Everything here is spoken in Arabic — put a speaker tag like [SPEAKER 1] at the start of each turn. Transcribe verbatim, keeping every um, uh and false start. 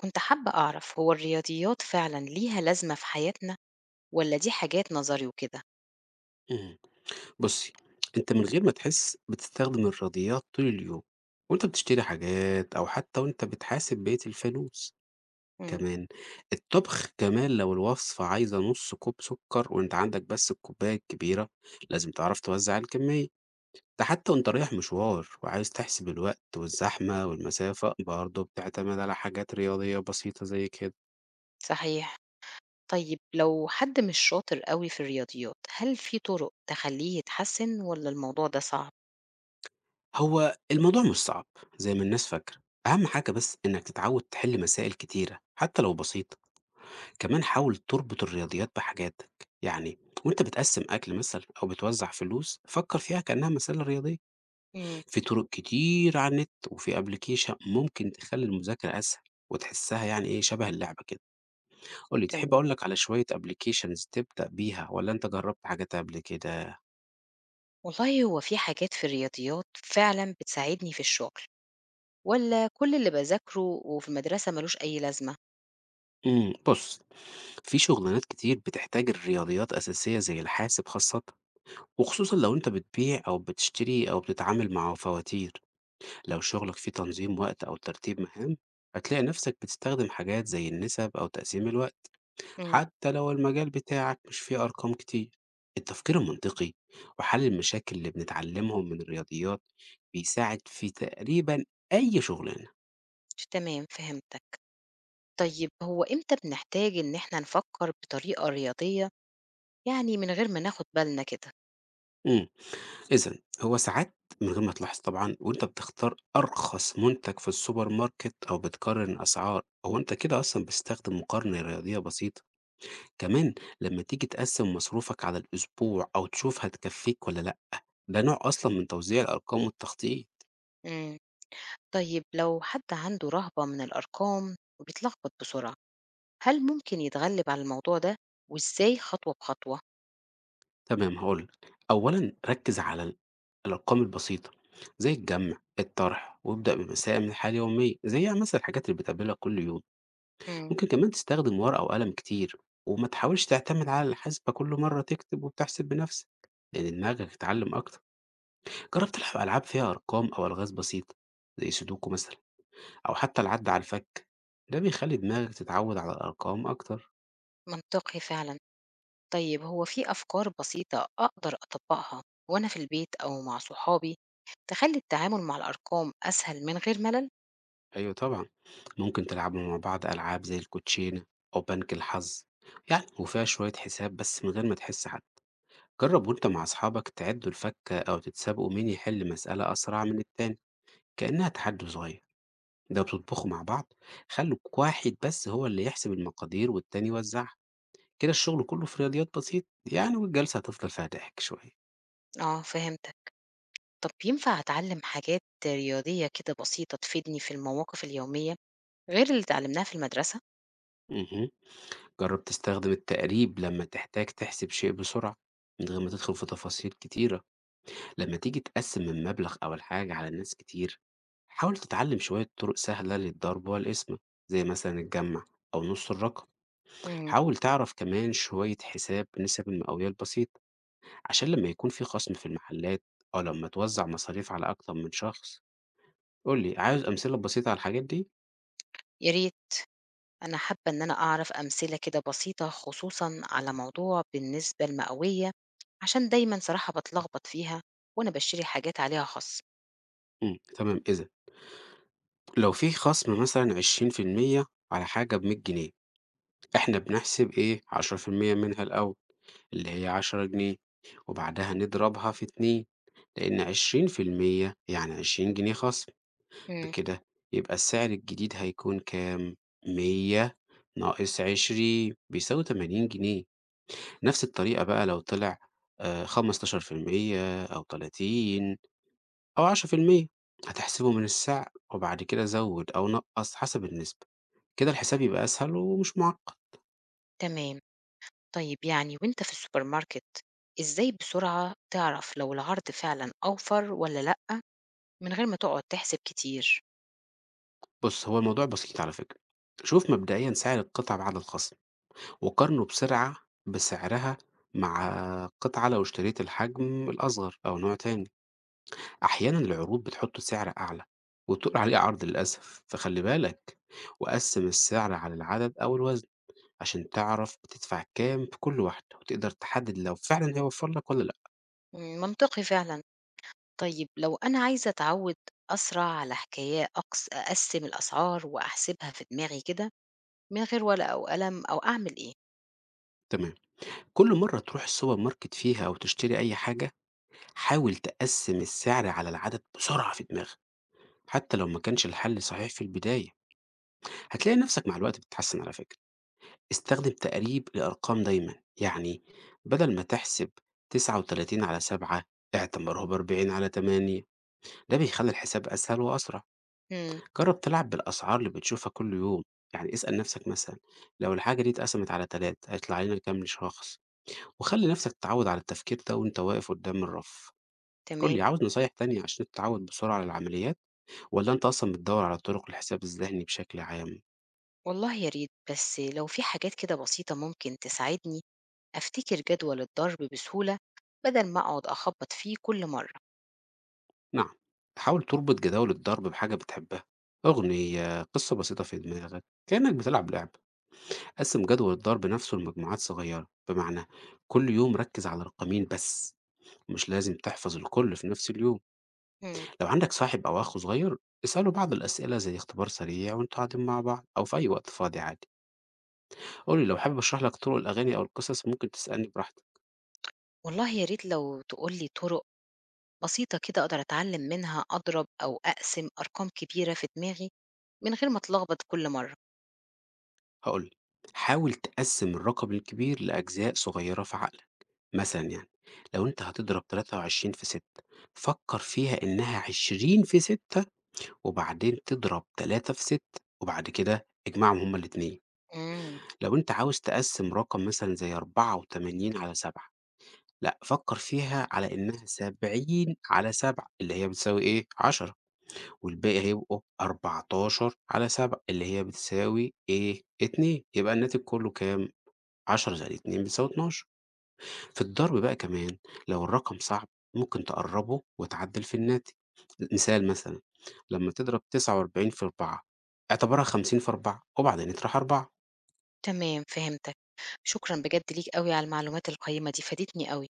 [SPEAKER 1] كنت حابة أعرف هو الرياضيات فعلا ليها لازمة في حياتنا ولا دي حاجات نظري وكده؟
[SPEAKER 2] إمم. بُصّي، أنت من غير ما تحس بتستخدم الرياضيات طول اليوم، وأنت بتشتري حاجات أو حتى وأنت بتحاسب بقية الفلوس
[SPEAKER 1] مم.
[SPEAKER 2] كمان. الطبخ كمان لو الوصفة عايزة نُص كوب سكر وأنت عندك بس الكوباية الكبيرة، لازم تعرف توزّع الكمية. ده حتى وأنت رايح مشوار وعايز تحسب الوقت والزحمة والمسافة، برضه بتعتمد على حاجات رياضية بسيطة زي كده.
[SPEAKER 1] صحيح. طيب لو حد مش شاطر قوي في الرياضيات هل في طرق تخليه يتحسن ولا الموضوع ده صعب؟
[SPEAKER 2] هو الموضوع مش صعب زي ما الناس فاكرة، أهم حاجة بس إنك تتعوّد تحل مسائل كتيرة حتى لو بسيطة. كمان حاول تربط الرياضيات بحاجاتك، يعني وانت بتقسم اكل مثلا او بتوزع فلوس فكر فيها كانها مساله رياضيه.
[SPEAKER 1] مم.
[SPEAKER 2] في طرق كتير على النت وفي ابلكيشن ممكن تخلي المذاكره اسهل وتحسها يعني ايه شبه اللعبه كده. قول لي، تحب
[SPEAKER 1] تمام.
[SPEAKER 2] اقول لك على شويه ابلكيشنز تبدا بيها ولا انت جربت حاجات قبل كده؟
[SPEAKER 1] والله هو في حاجات في الرياضيات فعلا بتساعدني في الشغل ولا كل اللي بذاكره وفي المدرسة ملوش أي لازمة؟
[SPEAKER 2] امم بص، في شغلانات كتير بتحتاج الرياضيات اساسيه زي الحاسب خاصه، وخصوصا لو انت بتبيع او بتشتري او بتتعامل مع فواتير. لو شغلك فيه تنظيم وقت أو ترتيب مهام، هتلاقي نفسك بتستخدم حاجات زي النسب أو تقسيم الوقت.
[SPEAKER 1] مم.
[SPEAKER 2] حتى لو المجال بتاعك مش فيه أرقام كتير، التفكير المنطقي وحل المشاكل اللي بنتعلمهم من الرياضيات بيساعد في تقريبا أي شغلانة.
[SPEAKER 1] تمام، فهمتك. طيب هو إمتى بنحتاج إن إحنا نفكر بطريقة رياضية، يعني من غير ما ناخد بالنا كده؟
[SPEAKER 2] امم إذا هو ساعات من غير ما تلاحظ طبعا وانت بتختار أرخص منتج في السوبر ماركت أو بتقارن أسعار، هو انت كده أصلا بتستخدم مقارنة رياضية بسيطة. كمان لما تيجي تقسم مصروفك على الأسبوع أو تشوف هتكفيك ولا لأ، ده نوع أصلا من توزيع الأرقام والتخطيط.
[SPEAKER 1] مم. طيب لو حد عنده رهبة من الأرقام وبيتلخبط بسرعة، هل ممكن يتغلب على الموضوع ده، وإزاي خطوة بخطوة؟
[SPEAKER 2] تمام، هقولك. أولا ركز على ال- الأرقام البسيطة زي الجمع الطرح، وابدأ بمسائل من الحياة اليومية زي يعني مثلا الحاجات اللي بتقابلها كل يوم.
[SPEAKER 1] مم.
[SPEAKER 2] ممكن كمان تستخدم ورقة وقلم كتير، وما تحاولش تعتمد على الحاسبة، كل مرة تكتب وبتحسب بنفسك لأن دماغك تتعلم أكتر. جرب تلعب ألعاب فيها أرقام أو ألغاز بسيطة زي سودوكو مثلا، أو حتى العد على الفك، ده بيخلي دماغك تتعود على الأرقام أكتر.
[SPEAKER 1] منطقي فعلا. طيب هو في أفكار بسيطة أقدر أطبقها وأنا في البيت أو مع صحابي، تخلي التعامل مع الأرقام أسهل من غير ملل؟
[SPEAKER 2] أيوة طبعا، ممكن تلعبوا مع بعض ألعاب زي الكوتشينة أو بنك الحظ، يعني وفيها شوية حساب بس من غير ما تحس حد. جرب وأنت مع أصحابك تعدوا الفكة أو تتسابقوا مين يحل مسألة أسرع من التاني، كأنها
[SPEAKER 1] مم.
[SPEAKER 2] تحدي صغير. ده بتطبخوا مع بعض، خلوا واحد بس هو اللي يحسب المقادير والتاني يوزعها، كده الشغل كله في رياضيات بسيط يعني، والجلسة هتفضل فيها ضحك شوية.
[SPEAKER 1] آه، فهمتك. طب ينفع أتعلم حاجات رياضية كده بسيطة تفيدني في المواقف اليومية، غير اللي اتعلمناها في المدرسة؟
[SPEAKER 2] مهم. جرّب تستخدم التقريب لمّا تحتاج تحسب شيء بسرعة، من غير ما تدخل في تفاصيل كتيرة، لمّا تيجي تقسّم المبلغ أو الحاجة على ناس كتير، حاول تتعلم شوية طرق سهلة للضرب والقسمة، زي مثلًا الجمع أو نُص الرقم،
[SPEAKER 1] مم.
[SPEAKER 2] حاول تعرف كمان شوية حساب نسب المئوية البسيط، عشان لمّا يكون في خصم في المحلات أو لمّا توزّع مصاريف على أكتر من شخص. قُل لي، عاوز أمثلة بسيطة على الحاجات دي؟
[SPEAKER 1] يا ريت. أنا حابة إن أنا أعرف أمثلة كده بسيطة، خصوصًا على موضوع بالنسبة المئوية، عشان دايمًا صراحة باتلخبط فيها وأنا باشتري حاجات عليها خَصْم.
[SPEAKER 2] إمم، تمام إذًا، لو في خصم مثلًا عشرين في المية على حاجة بمية جنيه، إحنا بنحسب إيه عشرة بالمية منها الأول اللي هي 10 جنيه، وبعدها نضربها في اتنين لأن عشرين بالمية يعني عشرين جنيه خصم،
[SPEAKER 1] إمم،
[SPEAKER 2] بكده يبقى السعر الجديد هيكون كام؟ مية ناقص عشرين بيساوي تمانين جنيه. نفس الطريقة بقى لو طلع آآ خمسة عشر بالمية أو تلاتين أو عشرة بالمية، هتحسبه من السعر وبعد كده زوِّد أو نقّص حسب النسبة. كده الحساب يبقى أسهل ومش معقد.
[SPEAKER 1] تمام. طيب يعني وأنت في السوبر ماركت، إزاي بسرعة تعرف لو العرض فعلًا أوفر والّا لأ، من غير ما تقعد تحسب كتير؟
[SPEAKER 2] بُص، هو الموضوع بسيط على فكرة، شوف مبدئيًا سعر القطعة بعد الخصم، وقارنه بسرعة بسعرها مع قطعة لو اشتريت الحجم الأصغر أو نوع تاني، أحيانًا العروض بتحط سعر أعلى وتقول عليه عرض للأسف، فخلي بالك، وقسّم السعر على العدد أو الوزن عشان تعرف بتدفع كام في كل واحدة، وتقدر تحدد لو فعلًا هيوفر لك والّا لأ.
[SPEAKER 1] إمم، منطقي فعلًا. طيب لو أنا عايزة أتعوِّد أسرع على حكايا أقس أقسِّم الأسعار وأحسبها في دماغي كده من غير ورقة وقلم، أو أعمل إيه؟
[SPEAKER 2] تمام، كل مرة تروح السوبر ماركت فيها أو تشتري أي حاجة، حاول تقسّم السعر على العدد بسرعة في دماغك، حتى لو ما كانش الحل صحيح في البداية، هتلاقي نفسك مع الوقت بتتحسن على فكرة. استخدم تقريب لأرقام دايما، يعني بدل ما تحسب تسعة وثلاثين على سبعة اعتبره ب أربعين على تمنية، ده بيخلي الحساب أسهل وأسرع.
[SPEAKER 1] إمم،
[SPEAKER 2] جرب تلعب بالأسعار اللي بتشوفها كل يوم، يعني اسأل نفسك مثلا لو الحاجة دي اتقسمت على تلات هيطلع لنا كام شخص، وخلي نفسك تتعود على التفكير ده وانت واقف قدام الرف. قول
[SPEAKER 1] تمام.
[SPEAKER 2] لي، عاوز نصايح تانية عشان تتعود بسرعة على العمليات ولا انت اصلا بتدور على طرق الحساب الذهني بشكل عام؟
[SPEAKER 1] والله يا ريت بس لو في حاجات كده بسيطة ممكن تساعدني أفتكر جدول الضرب بسهولة بدل ما أقعد أخبط فيه كل مرة.
[SPEAKER 2] نعم، حاول تربط جداول الضرب بحاجة بتحبها، أغنية، قصة بسيطة في دماغك، كأنك بتلعب لعبة، قسم جدول الضرب نفسه لمجموعات صغيرة، بمعنى كل يوم ركز على رقمين بس، مش لازم تحفظ الكل في نفس اليوم.
[SPEAKER 1] مم.
[SPEAKER 2] لو عندك صاحب أو أخ صغير، اسأله بعض الأسئلة زي اختبار سريع وأنتوا قاعدين مع بعض أو في أي وقت فاضي عادي، قول لي لو حابب أشرح لك طرق الأغاني أو القصص ممكن تسألني براحتك.
[SPEAKER 1] والله يا ريت لو تقولي طرق بسيطة كده أقدر أتعلم منها أضرب أو أقسم أرقام كبيرة في دماغي من غير ما أتلخبط كل مرة.
[SPEAKER 2] هقول لك، حاول تقسم الرقم الكبير لأجزاء صغيرة في عقلك. مثلًا يعني، لو أنت هتضرب ثلاثة وعشرين في ستة، فكّر فيها إنها عشرين في ستة وبعدين تضرب تلاتة في ستة، وبعد كده اجمعهم هُم الاتنين.
[SPEAKER 1] مم.
[SPEAKER 2] لو أنت عاوز تقسّم رقم مثلًا زي أربعة وتمانين على سبعة لأ، فكّر فيها على إنها سبعين على سبعة اللي هي بتساوي إيه، عشرة، والباقي هيبقوا أربعتاشر على سبعة اللي هي بتساوي إيه، اتنين، يبقى الناتج كُلّه كام، عشرة زائد اتنين بتساوي اتناشر. في الضرب بقى كمان، لو الرقم صعب ممكن تقربه وتعدل في الناتج. مثال مثلا، لما تضرب تسعة وأربعين في أربعة، اعتبرها خمسين في أربعة وبعدين اطرح أربعة
[SPEAKER 1] تمام، فهمتك. شكرا بجد ليك قوي على المعلومات القيمة دي، فادتني قوي.